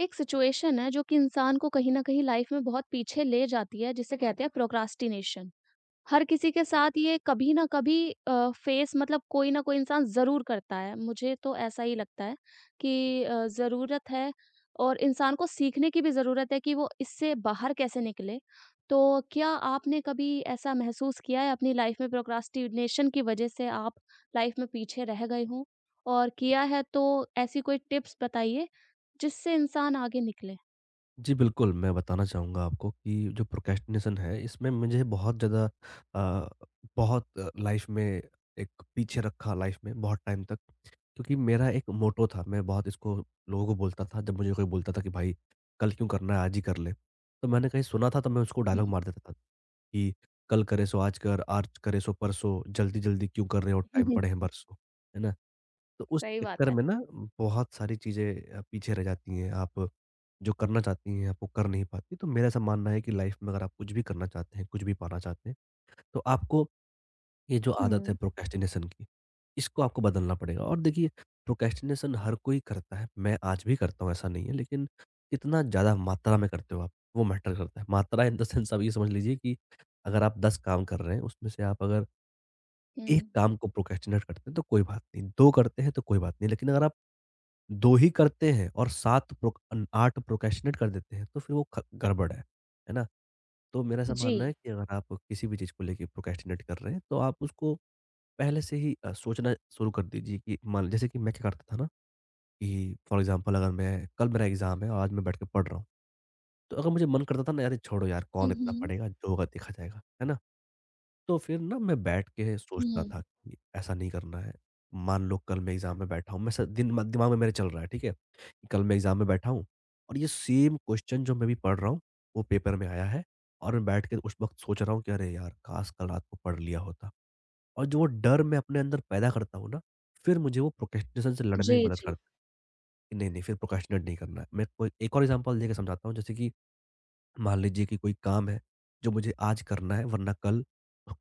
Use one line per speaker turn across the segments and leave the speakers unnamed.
एक सिचुएशन है जो कि इंसान को कहीं न कहीं लाइफ में बहुत पीछे ले जाती है जिसे कहते हैं प्रोक्रास्टिनेशन। हर किसी के साथ ये कभी ना कभी फेस मतलब कोई ना कोई इंसान ज़रूर करता है। मुझे तो ऐसा ही लगता है कि ज़रूरत है और इंसान को सीखने की भी ज़रूरत है कि वो इससे बाहर कैसे निकले। तो क्या आपने कभी ऐसा महसूस किया है अपनी लाइफ में प्रोक्रास्टिनेशन की वज़ह से आप लाइफ में पीछे रह गए हों? और किया है तो ऐसी कोई टिप्स बताइए जिससे इंसान आगे निकले?
जी, बिल्कुल, मैं बताना चाहूँगा आपको कि जो प्रोक्रेस्टिनेशन है, इसमें मुझे बहुत ज़्यादा अ, बहुत लाइफ़ में एक पीछे रखा लाइफ़ में बहुत टाइम तक। क्योंकि मेरा एक मोटो था, मैं बहुत इसको लोगों को बोलता था, जब मुझे कोई बोलता था कि, "भाई, कल क्यों करना है, आज ही कर ले।" तो मैंने कहीं सुना था, तो मैं उसको डायलॉग
हुँ।
मार देता था कि, "कल करे सो आज कर, आज करे सो परसों, जल्दी-जल्दी क्यों कर रहे हो, टाइम पड़े हैं बरसों।" है ना? तो उस
सही बात
चक्कर
है।
में ना बहुत सारी चीज़ें पीछे रह जाती हैं। आप जो करना चाहती हैं, आप वो कर नहीं पाती। तो मेरा ऐसा मानना है कि लाइफ़ में अगर आप कुछ भी करना चाहते हैं, कुछ भी पाना चाहते हैं, तो आपको ये जो आदत है
हुँ,
प्रोक्रेस्टिनेशन की, इसको आपको बदलना पड़ेगा। और देखिए प्रोक्रेस्टिनेशन हर कोई करता है, मैं आज भी करता हूँ ऐसा नहीं है, लेकिन कितना ज़्यादा मात्रा में करते हो आप, वो मैटर करता है। मात्रा इन द सेंस आप ये समझ लीजिए कि अगर आप 10 काम कर रहे हैं, उसमें से आप अगर
हुँ।
1 काम को प्रोक्रेस्टिनेट करते हैं तो कोई बात नहीं, 2 करते हैं तो कोई बात नहीं, लेकिन अगर आप 2 ही करते हैं और 7 प्रो अन 8 प्रोक्रेस्टिनेट कर देते हैं, तो फिर वो ख गड़बड़ है ना? तो मेरा ऐसा
जी।
मानना है कि अगर आप किसी भी चीज़ को लेके प्रोक्रेस्टिनेट कर रहे हैं, तो आप उसको पहले से ही सोचना शुरू कर दीजिए कि मान जैसे कि मैं क्या करता था ना कि फॉर एग्ज़ाम्पल अगर मैं कल मेरा एग्ज़ाम है और आज मैं बैठ के पढ़ रहा हूँ, तो अगर मुझे मन करता था ना, "अरे छोड़ो यार,
हुँ,
कौन इतना
हुँ।
पढ़ेगा, जो होगा देखा जाएगा।" है ना? तो फिर ना मैं बैठ के सोचता था
हुँ।
कि ऐसा नहीं करना है। मान लो कल मैं एग्ज़ाम में बैठा हूँ, मैं स दिन म दिमाग में मेरे चल रहा है, ठीक है? कि कल मैं एग्ज़ाम में बैठा हूँ और ये सेम क्वेश्चन जो मैं अभी पढ़ रहा हूँ, वो पेपर में आया है और मैं बैठ के उस वक़्त सोच रहा हूँ कि अरे यार! काश कल रात को पढ़ लिया होता। और जो वो डर मैं अपने अंदर पैदा करता हूँ ना, फिर मुझे वो प्रोक्रेस्टिनेशन से लड़ने में
जी,
मदद
जी।
करता है कि नहीं, नहीं फिर प्रोक्रेस्टिनेट नहीं करना है। मैं कोई एक और एग्ज़ाम्पल देके समझाता हूँ जैसे कि मान लीजिए कि कोई काम है, जो मुझे आज करना है वरना कल,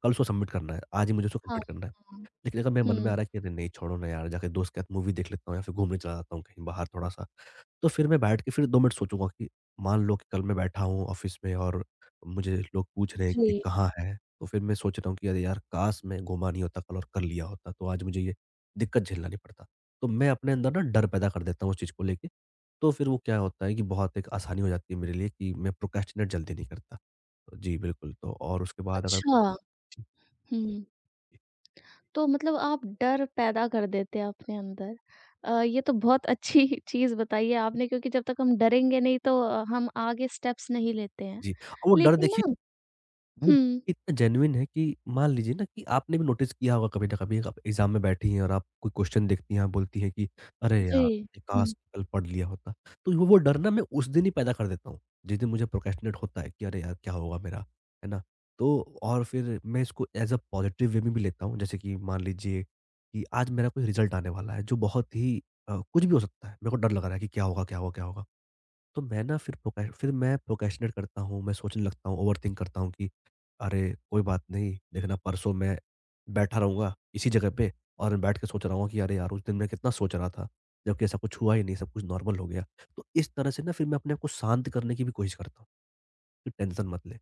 कल उसको सबमिट करना है, आज ही मुझे उसको
हाँ,
कंप्लीट करना है।
हाँ, हाँ।
लेकिन अगर मेरे मन में
हुँ।
आ रहा है कि अरे नहीं छोड़ो ना यार, जाके दोस्त के साथ मूवी देख लेता हूँ या फिर घूमने चला जाता हूँ कहीं बाहर थोड़ा-सा। तो फिर मैं बैठ के फिर 2 मिनट सोचूँगा कि मान लो कि कल मैं बैठा हूँ ऑफ़िस में और मुझे लोग पूछ रहे हैं कि
जी,
कहाँ है? तो फिर मैं सोच रहा हूँ कि अरे यार! काश मैं घूमा नहीं होता कल और कर लिया होता, तो आज मुझे ये दिक्कत झेलना नहीं पड़ता। तो मैं अपने अंदर ना डर पैदा कर देता हूँ उस चीज़ को लेके। तो फिर वो क्या होता है कि बहुत एक आसानी हो जाती है मेरे लिए कि मैं प्रोक्रेस्टिनेट जल्दी नहीं करता। तो जी, बिल्कुल, तो और उसके बाद अगर
अच्छा।
जी,
हुँ,
जी,
तो मतलब आप डर पैदा कर देते हैं अपने अंदर। ये तो बहुत अच्छी चीज़ बताई है आपने क्योंकि जब तक हम डरेंगे नहीं तो हम आगे स्टेप्स नहीं लेते हैं।
जी। और वो डर
लेकिन
देखिए
ना
वो
हुँ।
इतना जेनुइन है कि मान लीजिए ना कि आपने भी नोटिस किया होगा कभी ना कभी आप एग्ज़ाम में बैठी हैं और आप कोई क्वेश्चन देखती हैं, आप बोलती हैं कि अरे
जी।
यार! ये
हुँ।
काश कल पढ़ लिया होता। तो वो डर ना मैं उस दिन ही पैदा कर देता हूँ, जिस दिन मुझे प्रोक्रेस्टिनेट होता है कि अरे यार! क्या होगा मेरा? है ना? तो और फिर मैं इसको एज़ अ पॉज़िटिव वे में भी लेता हूँ, जैसे कि मान लीजिए कि आज मेरा कोई रिज़ल्ट आने वाला है जो बहुत ही कुछ भी हो सकता है। मेरे को डर लग रहा है कि क्या होगा, क्या होगा, क्या होगा? तो मैं ना फिर मैं प्रोक्रेस्टिनेट करता हूँ, मैं सोचने लगता हूँ, ओवरथिंक करता हूँ कि अरे! कोई बात नहीं, देखना परसों मैं बैठा रहूँगा इसी जगह पे और बैठ के सोच रहा हूँ कि अरे यार! उस दिन मैं कितना सोच रहा था, जबकि ऐसा कुछ हुआ ही नहीं, सब कुछ नॉर्मल हो गया। तो इस तरह से ना फिर मैं अपने आप को शांत करने की भी कोशिश करता हूँ, कि टेंशन मत ले।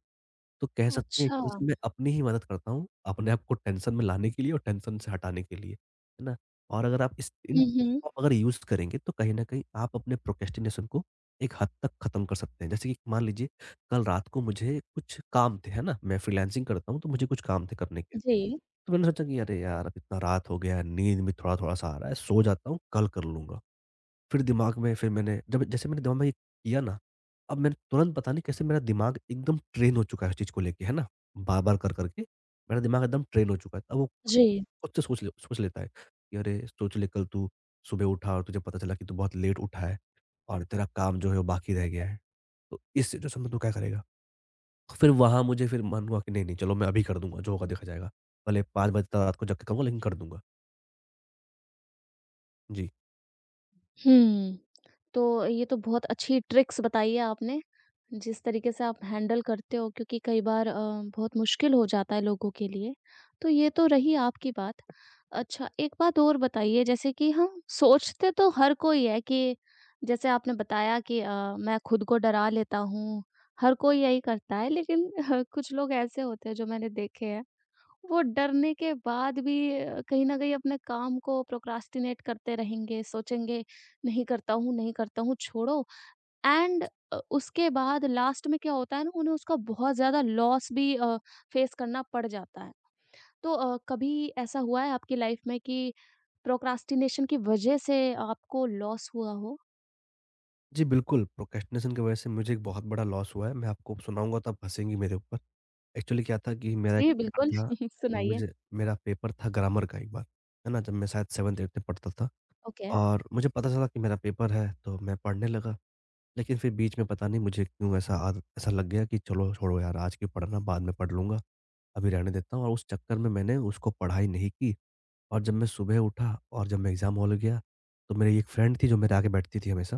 तो कह सकते हैं एक
अच्छा।
तरह से मैं अपनी ही मदद करता हूँ, अपने आप को टेंशन में लाने के लिए और टेंशन से हटाने के लिए, है ना? और अगर आप इस इन
हुँ, हुँ।
आप अगर यूज़ करेंगे तो कहीं न कहीं आप अपने प्रोक्रेस्टिनेशन को एक हद तक खत्म कर सकते हैं। जैसे कि मान लीजिए कल रात को मुझे कुछ काम थे, है ना? मैं फ्रीलांसिंग करता हूँ तो मुझे कुछ काम थे करने के।
जी,
तो मैंने सोचा कि अरे यार अब इतना रात हो गया है, नींद भी थोड़ा-थोड़ा सा आ रहा है, सो जाता हूँ, कल कर लूँगा। फिर दिमाग में फिर मैंने जब जैसे मैंने दिमाग में ये किया ना, अब मैंने तुरंत पता नहीं कैसे मेरा दिमाग एकदम ट्रेन हो चुका है उस चीज़ को लेके, है ना? बार-बार कर-कर के मेरा दिमाग एकदम ट्रेन हो चुका है। अब वो
जी।
खुद से सोच लेता है कि अरे! सोच ले कल तू सुबह उठा और तुझे पता चला कि तू बहुत लेट उठा है और तेरा काम जो है वो बाकी रह गया है। तो इस सिचुएशन में तू क्या करेगा? फिर वहाँ मुझे फिर मन हुआ कि नहीं, नहीं चलो मैं अभी कर दूँगा, जो होगा देखा जाएगा। भले 5 बजे तक रात को जग के करूँगा लेकिन कर दूँगा। जी।
हुँ। तो ये तो बहुत अच्छी ट्रिक्स बताई है आपने, जिस तरीके से आप हैंडल करते हो क्योंकि कई बार बहुत मुश्किल हो जाता है लोगों के लिए। तो ये तो रही आपकी बात। अच्छा एक बात और बताइए जैसे कि हम सोचते तो हर कोई है कि जैसे आपने बताया कि मैं खुद को डरा लेता हूँ, हर कोई यही करता है लेकिन कुछ लोग ऐसे होते हैं जो मैंने देखे हैं वो डरने के बाद भी कहीं न कहीं अपने काम को प्रोक्रास्टिनेट करते रहेंगे, सोचेंगे नहीं करता हूँ, नहीं करता हूँ, छोड़ो एंड उसके बाद लास्ट में क्या होता है ना उन्हें उसका बहुत ज़्यादा लॉस भी फेस करना पड़ जाता है। तो कभी ऐसा हुआ है आपकी लाइफ में कि प्रोक्रास्टिनेशन की वजह से आपको लॉस हुआ हो?
जी, बिल्कुल, प्रोक्रेस्टिनेशन की वज़ह से मुझे एक बहुत बड़ा लॉस हुआ है। मैं आपको सुनाऊँगा तो आप हँसेंगी मेरे ऊपर। एक्चुअली क्या था कि मेरा एक
जी,
पेपर
बिल्कुल।
था
सुनाइए।
मुझे मेरा पेपर था ग्रामर का एक बार, है ना? जब मैं शायद 7th-8th में पढ़ता था
ओके।
और मुझे पता चला कि मेरा पेपर है, तो मैं पढ़ने लगा। लेकिन फिर बीच में पता नहीं मुझे क्यों ऐसा आद ऐसा लग गया कि चलो छोड़ो यार आज क्यों पढ़ना बाद में पढ़ लूँगा, अभी रहने देता हूँ और उस चक्कर में मैंने उसको पढ़ाई नहीं की। और जब मैं सुबह उठा और जब मैं एग्ज़ाम हॉल गया, तो मेरी एक फ्रेंड थी जो मेरे आगे बैठती थी हमेशा,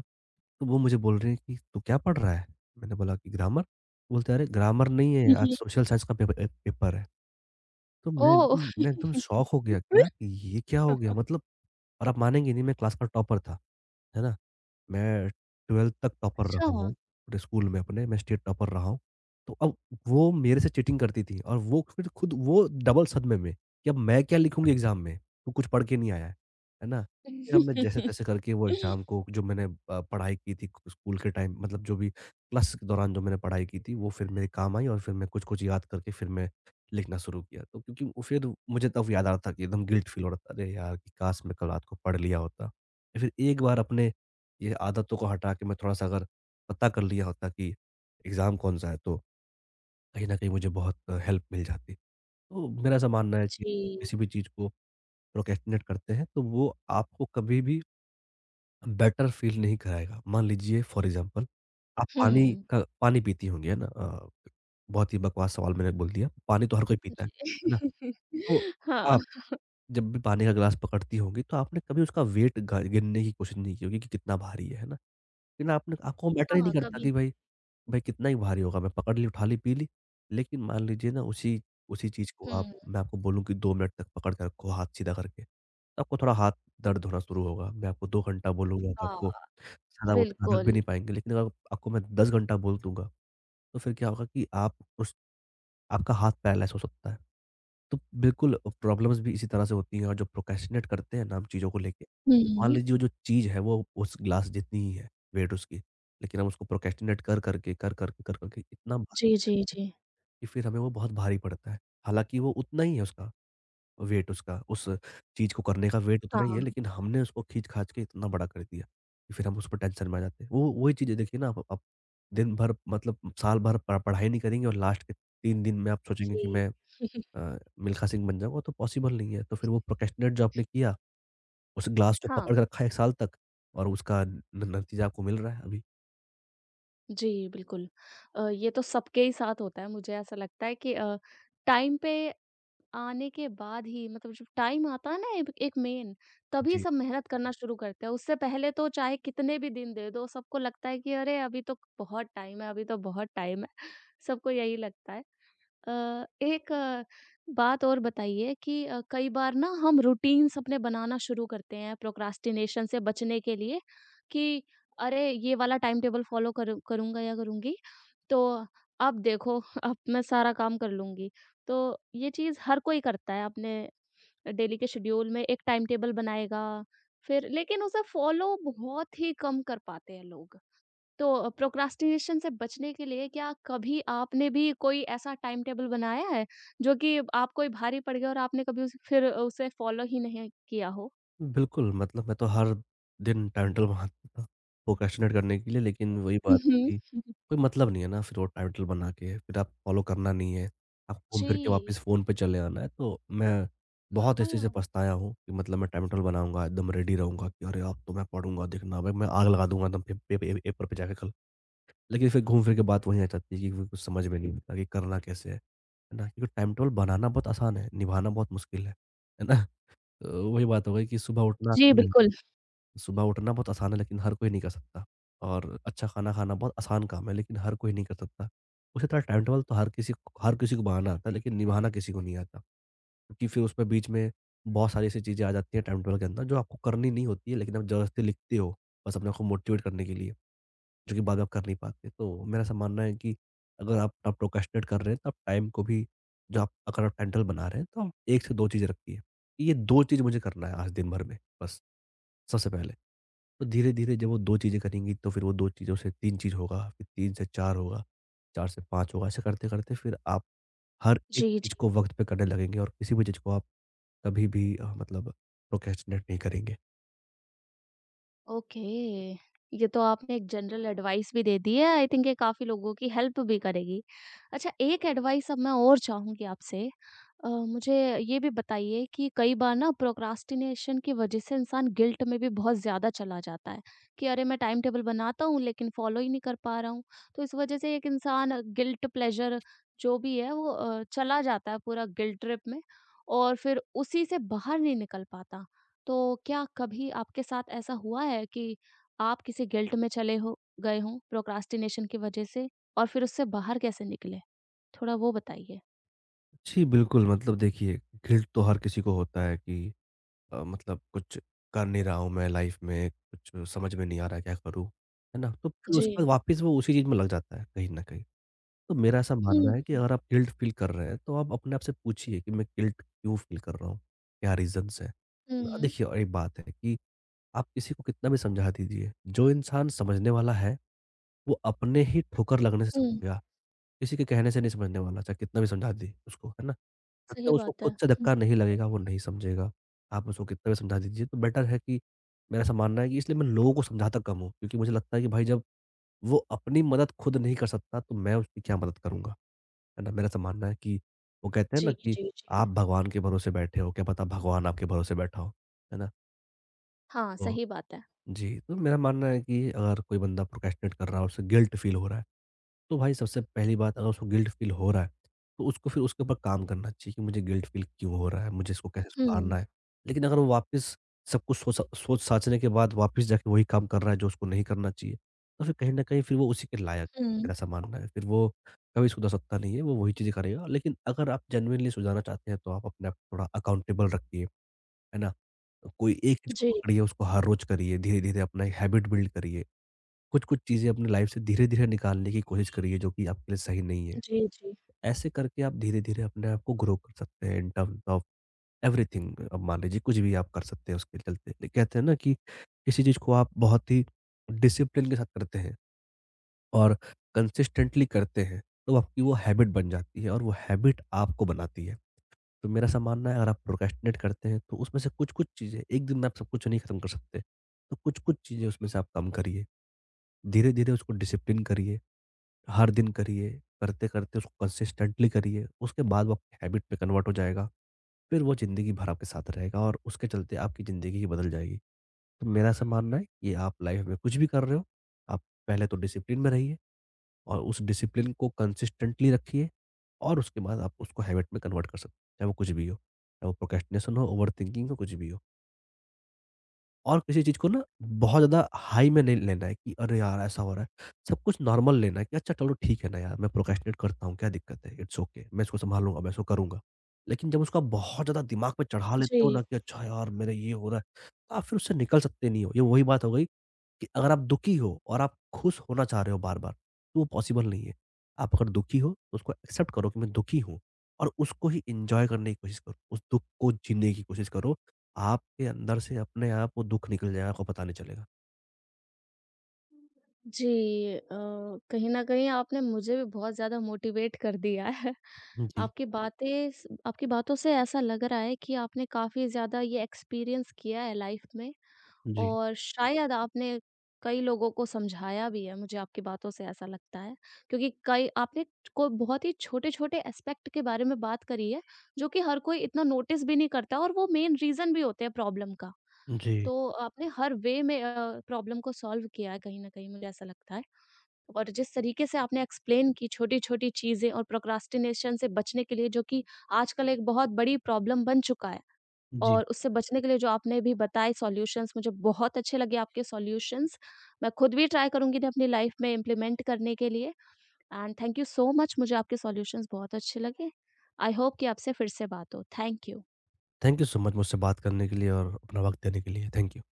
तो वो मुझे बोल रही है कि तू क्या पढ़ रहा है? मैंने बोला कि ग्रामर, बोलते अरे ग्रामर नहीं है
हुँ,
आज
हुँ।
सोशल साइंस का पेपर है। तो
ओह!
मैं एकदम शॉक हो गया कि यार ये क्या हो गया? मतलब और आप मानेंगे नहीं मैं क्लास का टॉपर था, है ना? मैं 12th तक टॉपर
अच्छा।
रहा हूँ, पूरे स्कूल में अपने, मैं स्टेट टॉपर रहा हूँ। तो अब वो मेरे से चीटिंग करती थी और वो फिर खुद वो डबल सदमे में कि अब मैं क्या लिखूँगी एग्ज़ाम में, तू कुछ पढ़ के नहीं आया है। है ना? फिर हमने जैसे-तैसे करके वो एग्ज़ाम को जो मैंने पढ़ाई की थी स्कूल के टाइम मतलब जो भी क्लास के दौरान जो मैंने पढ़ाई की थी, वो फिर मेरे काम आई और फिर मैं कुछ-कुछ याद करके फिर मैं लिखना शुरू किया। तो क्योंकि वो फिर मुझे तब याद आ रहा था कि एकदम गिल्ट फ़ील हो रहा था, अरे यार! कि काश मैं कल रात को पढ़ लिया होता। फिर एक बार अपने ये आदतों को हटा के मैं थोड़ा-सा अगर पता कर लिया होता कि एग्ज़ाम कौन-सा है, तो कहीं न कहीं मुझे बहुत हेल्प मिल जाती। तो मेरा ऐसा मानना है कि
जी।
किसी भी चीज़ को प्रोक्रेस्टिनेट करते हैं, तो वो आपको कभी भी बेटर फ़ील नहीं कराएगा। मान लीजिए फॉर एग्ज़ाम्पल आप पानी
हुँ।
का पानी पीती होंगी, है ना? बहुत ही बकवास सवाल मैंने बोल दिया। पानी तो हर कोई पीता है ना?
जी।
तो
हाँ।
आप जब भी पानी का ग्लास पकड़ती होंगी, तो आपने कभी उसका वेट ग गिनने की कोशिश नहीं की होगी कि कितना भारी है ना? लेकिन आपने आपको मैटर ही
हाँ,
नहीं करता
कभी
कि
नहीं।
भाई भाई कितना ही भारी होगा, मैं पकड़ ली, उठा ली, पी ली। लेकिन मान लीजिए ना उसी उसी चीज़ को आप
हुँ,
मैं आपको बोलूँ कि 2 मिनट तक पकड़ के रखो हाथ सीधा करके, तो आपको थोड़ा हाथ दर्द होना शुरू होगा। मैं आपको 2 घंटा बोलूँगा तो
हाँ,
आपको शायद आप उतना रख भी
बिल्कुल।
नहीं पाएँगे। लेकिन अगर आपको मैं 10 घंटा बोल दूँगा, तो फिर क्या होगा कि आप उस आपका हाथ पैरालाइज़ हो सकता है। तो बिल्कुल प्रॉब्लम्स भी इसी तरह से होती हैं, और जो प्रोक्रेस्टिनेट करते हैं ना हम चीज़ों को लेके, मान
हुँ।
लीजिए वो जो चीज़ है वो उस ग्लास जितनी ही है, वेट उसकी, लेकिन हम उसको प्रोक्रेस्टिनेट कर करके, कर करके, कर करके इतना भारी
जी,
कर
जी,
देते हैं
जी।
कि फिर हमें वो बहुत भारी पड़ता है। हालाँकि वो उतना ही है उसका। वेट उसका, उस चीज़ को करने का वेट
हाँ,
उतना ही है, लेकिन हमने उसको खींच-खाच के इतना बड़ा कर दिया कि फिर हम उस पर टेंशन में आ जाते हैं। वो वही चीज़ें, देखिए ना, आप दिन भर, मतलब साल भर प पढ़ाई नहीं करेंगे और लास्ट के 3 दिन में आप सोचेंगे कि
जी।
मैं मिल्खा सिंह बन जाऊँ, वो तो पॉसिबल नहीं है। तो फिर वो प्रोक्रेस्टिनेट जो आपने किया, उस ग्लास को
हाँ,
पकड़ के रखा है 1 साल तक, और उसका न नतीजा आपको मिल रहा है अभी।
जी, बिल्कुल। ये तो सबके ही साथ होता है मुझे ऐसा लगता है कि टाइम पे आने के बाद ही मतलब जब टाइम आता है ना एक एक मेन, तभी सब मेहनत करना शुरू करते हैं। उससे पहले तो चाहे कितने भी दिन दे दो, सबको लगता है कि अरे अभी तो बहुत टाइम है, अभी तो बहुत टाइम है। सबको यही लगता है। एक बात और बताइए कि कई बार ना हम रूटीन्स अपने बनाना शुरू करते हैं प्रोक्रास्टिनेशन से बचने के लिए कि अरे ये वाला टाइम टेबल फॉलो करूँगा या करूँगी, तो अब देखो अब मैं सारा काम कर लूँगी। तो ये चीज़ हर कोई करता है अपने डेली के शेड्यूल में एक टाइम टेबल बनाएगा फिर लेकिन उसे फॉलो बहुत ही कम कर पाते हैं लोग। तो प्रोक्रास्टिनेशन से बचने के लिए क्या कभी आपने भी कोई ऐसा टाइम टेबल बनाया है जो कि आपको ही भारी पड़ गया और आपने कभी उस फिर उसे फॉलो ही नहीं किया हो?
बिल्कुल, मतलब मैं तो हर दिन टाइम टेबल बनाता था, प्रोक्रेस्टिनेट करने के लिए, लेकिन वही
हुँ,
बात कि
हुँ।
कोई मतलब नहीं है ना फिर वो टाइम टेबल बना के, फिर आप फॉलो करना नहीं है, आप घूम फिर के
जी,
वापस फ़ोन पे चले आना है। तो मैं बहुत इस चीज़ से
हाँ।
पछताया हूँ कि मतलब मैं टाइम टेबल बनाऊँगा, एकदम रेडी रहूँगा कि अरे! अब तो मैं पढ़ूँगा, देखना भाई मैं आग लगा दूँगा एकदम पे पे पे पेपर पे जाके कल। लेकिन फिर घूम फिर के बात वहीं आ जाती है कि फिर कुछ समझ में नहीं आता कि करना कैसे है ना? क्योंकि टाइम टेबल बनाना बहुत आसान है, निभाना बहुत मुश्किल है ना? तो वही बात हो गई कि सुबह उठना
जी, बिल्कुल।
सुबह उठना बहुत आसान है, लेकिन हर कोई नहीं कर सकता, और अच्छा खाना खाना बहुत आसान काम है, लेकिन हर कोई नहीं कर सकता। उसी तरह टाइम टेबल तो हर किसी को बनाना आता है, लेकिन निभाना किसी को नहीं आता, क्योंकि फिर उसमें बीच में बहुत सारी ऐसी चीज़ें आ जाती हैं टाइम टेबल के अंदर, जो आपको करनी नहीं होती है, लेकिन आप ज़बरदस्ती लिखते हो, बस अपने आप को मोटिवेट करने के लिए, जो कि बाद में आप कर नहीं पाते। तो मेरा ऐसा मानना है कि अगर आप प्रोक्रेस्टिनेट कर रहे हैं, तो आप टाइम को भी, जो आप अगर आप टाइम टेबल बना रहे हैं, तो आप 1 से 2 चीज़ें रखिए। कि ये 2 चीज़ मुझे करना है आज दिन भर में, बस, सबसे पहले। तो धीरे-धीरे जब वो 2 चीज़ें करेंगी, तो फिर वो 2 चीज़ों से 3 चीज़ होगा, फिर 3 से 4 होगा, 4 से 5 होगा। ऐसे करते-करते फिर आप हर एक
जी,
चीज़ को
जी।
वक़्त पे करने लगेंगे, और किसी भी चीज़ को आप कभी भी मतलब प्रोक्रेस्टिनेट नहीं करेंगे।
ओके, ये तो आपने एक जनरल एडवाइस भी दे दी है, आई थिंक ये काफ़ी लोगों की हेल्प भी करेगी। अच्छा एक एडवाइस अब मैं और चाहूँगी आपसे मुझे ये भी बताइए कि कई बार ना प्रोक्रास्टिनेशन की वजह से इंसान गिल्ट में भी बहुत ज़्यादा चला जाता है, कि अरे मैं टाइम टेबल बनाता हूँ लेकिन फॉलो ही नहीं कर पा रहा हूँ। तो इस वजह से एक इंसान गिल्ट प्लेज़र जो भी है वो चला जाता है पूरा गिल्ट ट्रिप में और फिर उसी से बाहर नहीं निकल पाता। तो क्या कभी आपके साथ ऐसा हुआ है कि आप किसी गिल्ट में चले हो गए हों प्रोक्रास्टिनेशन की वजह से और फिर उससे बाहर कैसे निकले? थोड़ा वो बताइए।
जी, बिल्कुल। मतलब देखिए, गिल्ट तो हर किसी को होता है कि मतलब कुछ कर नहीं रहा हूँ मैं लाइफ़ में, कुछ समझ में नहीं आ रहा है क्या करूँ, है ना? तो फिर
जी।
उसके बाद वापस वो उसी चीज़ में लग जाता है कहीं न कहीं। तो मेरा ऐसा
जी।
मानना
हुँ,
है कि
हुँ।
अगर आप गिल्ट फील कर रहे हैं, तो आप अपने आप से पूछिए कि मैं गिल्ट क्यों फील कर रहा हूँ? क्या रीज़न्स हैं? है ना?
हुँ।
देखिए, और एक बात है कि आप किसी को कितना भी समझा दीजिए, जो इंसान समझने वाला है, वो अपने ही ठोकर लगने से
हुँ,
समझेगा। किसी के कहने से नहीं समझने वाला, चाहे कितना भी समझा दें उसको, है ना? जब
सही
तक उसको
बात है।
खुद से
हुँ।
धक्का नहीं लगेगा, वो नहीं समझेगा। आप उसको कितना भी समझा दीजिए, तो बेटर है कि, मेरा ऐसा मानना है कि, इसलिए मैं लोगों को समझाता कम हूँ, क्योंकि मुझे लगता है कि भाई, जब वो अपनी मदद खुद नहीं कर सकता, तो मैं उसकी क्या मदद करूँगा? है ना? मेरा ऐसा मानना है कि, वो कहते हैं ना
जी,
कि,
जी, जी।
आप भगवान के भरोसे बैठे हो, क्या पता भगवान आपके भरोसे बैठा हो। है ना?
हाँ,
तो
सही बात है।
जी, तो मेरा मानना है कि अगर कोई बंदा प्रोक्रेस्टिनेट कर रहा है, उसे गिल्ट फील हो रहा है, तो भाई सबसे पहली बात, अगर उसको गिल्ट फील हो रहा है, तो उसको फिर उसके ऊपर काम करना चाहिए कि मुझे गिल्ट फील क्यों हो रहा है, मुझे इसको कैसे
हुँ,
सुधारना है। लेकिन अगर वो वापस सब कुछ सोच सोच साचने के बाद वापस जाके वही काम कर रहा है जो उसको नहीं करना चाहिए, तो फिर कहीं न कहीं फिर वो उसी के लायक है,
हुँ।
मेरा ऐसा मानना है। फिर वो कभी सुधर सकता नहीं है, वो वही चीज़ें करेगा। लेकिन अगर आप जेनुइनली सुधारना चाहते हैं, तो आप अपने आप को थोड़ा अकाउंटेबल रखिए, है ना? कोई एक चीज़ को
जी,
पकड़िए, उसको हर रोज़ करिए, धीरे-धीरे अपना एक हैबिट बिल्ड करिए। कुछ-कुछ चीज़ें अपनी लाइफ से धीरे-धीरे निकालने की कोशिश करिए, जो कि आपके लिए सही नहीं है।
जी, जी,
ऐसे करके आप धीरे-धीरे अपने आप को ग्रो कर सकते हैं, इन टर्म्स ऑफ एवरीथिंग। अब मान लीजिए कुछ भी आप कर सकते हैं उसके चलते। ले कहते हैं ना कि किसी चीज़ को आप बहुत ही डिसिप्लिन के साथ करते हैं और कंसिस्टेंटली करते हैं, तो आपकी वो हैबिट बन जाती है, और वो हैबिट आपको बनाती है। तो मेरा ऐसा मानना है, अगर आप प्रोक्रेस्टिनेट करते हैं, तो उसमें से कुछ-कुछ चीज़ें, एक दिन में आप सब कुछ नहीं खत्म कर सकते। तो कुछ-कुछ चीज़ें उसमें से आप कम करिए। धीरे-धीरे उसको डिसिप्लिन करिए। हर दिन करिए, करते-करते उसको कंसिस्टेंटली करिए, उसके बाद वो आपकी हैबिट में कन्वर्ट हो जाएगा। फिर वो ज़िंदगी भर आपके साथ रहेगा, और उसके चलते आपकी ज़िंदगी ही बदल जाएगी। तो मेरा ऐसा मानना है कि आप लाइफ़ में कुछ भी कर रहे हो, आप पहले तो डिसिप्लिन में रहिए, और उस डिसिप्लिन को कंसिस्टेंटली रखिए, और उसके बाद आप उसको हैबिट में कन्वर्ट कर सकते हैं, चाहे वो कुछ भी हो। चाहे वो प्रोक्रेस्टिनेशन हो, ओवरथिंकिंग हो, कुछ भी हो। और किसी चीज़ को ना बहुत ज़्यादा हाई में नहीं लेना है कि अरे यार! ऐसा हो रहा है। सब कुछ नॉर्मल लेना है कि अच्छा चलो ठीक है ना यार, मैं प्रोक्रेस्टिनेट करता हूँ, क्या दिक्कत है? इट्स ओके, मैं इसको सँभालूँगा, मैं इसको करूँगा। लेकिन जब उसको आप बहुत ज़्यादा दिमाग पे चढ़ा
जी।
लेते हो ना कि अच्छा यार मेरा ये हो रहा है, तो आप फिर उससे निकल सकते नहीं हो। ये वही बात हो गई कि अगर आप दुखी हो और आप खुश होना चाह रहे हो बार-बार, तो वो पॉसिबल नहीं है। आप अगर दुखी हो, तो उसको एक्सेप्ट करो कि मैं दुखी हूँ, और उसको ही एन्जॉय करने की कोशिश करो। उस दुःख को जीने की कोशिश करो। आपके अंदर से अपने आप वो दुःख निकल जाएगा, आपको पता नहीं चलेगा।
जी, कहीं न कहीं आपने मुझे भी बहुत ज़्यादा मोटिवेट कर दिया है।
जी।
आपकी बातें स आपकी बातों से ऐसा लग रहा है कि आपने काफ़ी ज़्यादा ये एक्सपीरियंस किया है लाइफ़ में
जी,
और शायद आपने कई लोगों को समझाया भी है, मुझे आपकी बातों से ऐसा लगता है। क्योंकि कई आपने को बहुत ही छोटे-छोटे एस्पेक्ट के बारे में बात करी है, जो कि हर कोई इतना नोटिस भी नहीं करता और वो मेन रीज़न भी होते हैं प्रॉब्लम का।
जी,
तो आपने हर वे में प्रॉब्लम को सॉल्व किया है कहीं न कहीं, मुझे ऐसा लगता है। और जिस तरीके से आपने एक्सप्लेन की छोटी-छोटी चीज़ें और प्रोक्रास्टिनेशन से बचने के लिए जो कि आजकल एक बहुत बड़ी प्रॉब्लम बन चुका है
जी।
और उससे बचने के लिए जो आपने भी बताए सॉल्यूशंस मुझे बहुत अच्छे लगे आपके सॉल्यूशंस। मैं खुद भी ट्राई करूँगी इन्हें अपनी लाइफ में इम्प्लीमेंट करने के लिए and thank you so much मुझे आपके सॉल्यूशंस बहुत अच्छे लगे। आई होप कि आपसे फिर से बात हो। Thank you.
Thank you so much मुझसे बात करने के लिए, और अपना वक़्त देने के लिए। Thank you.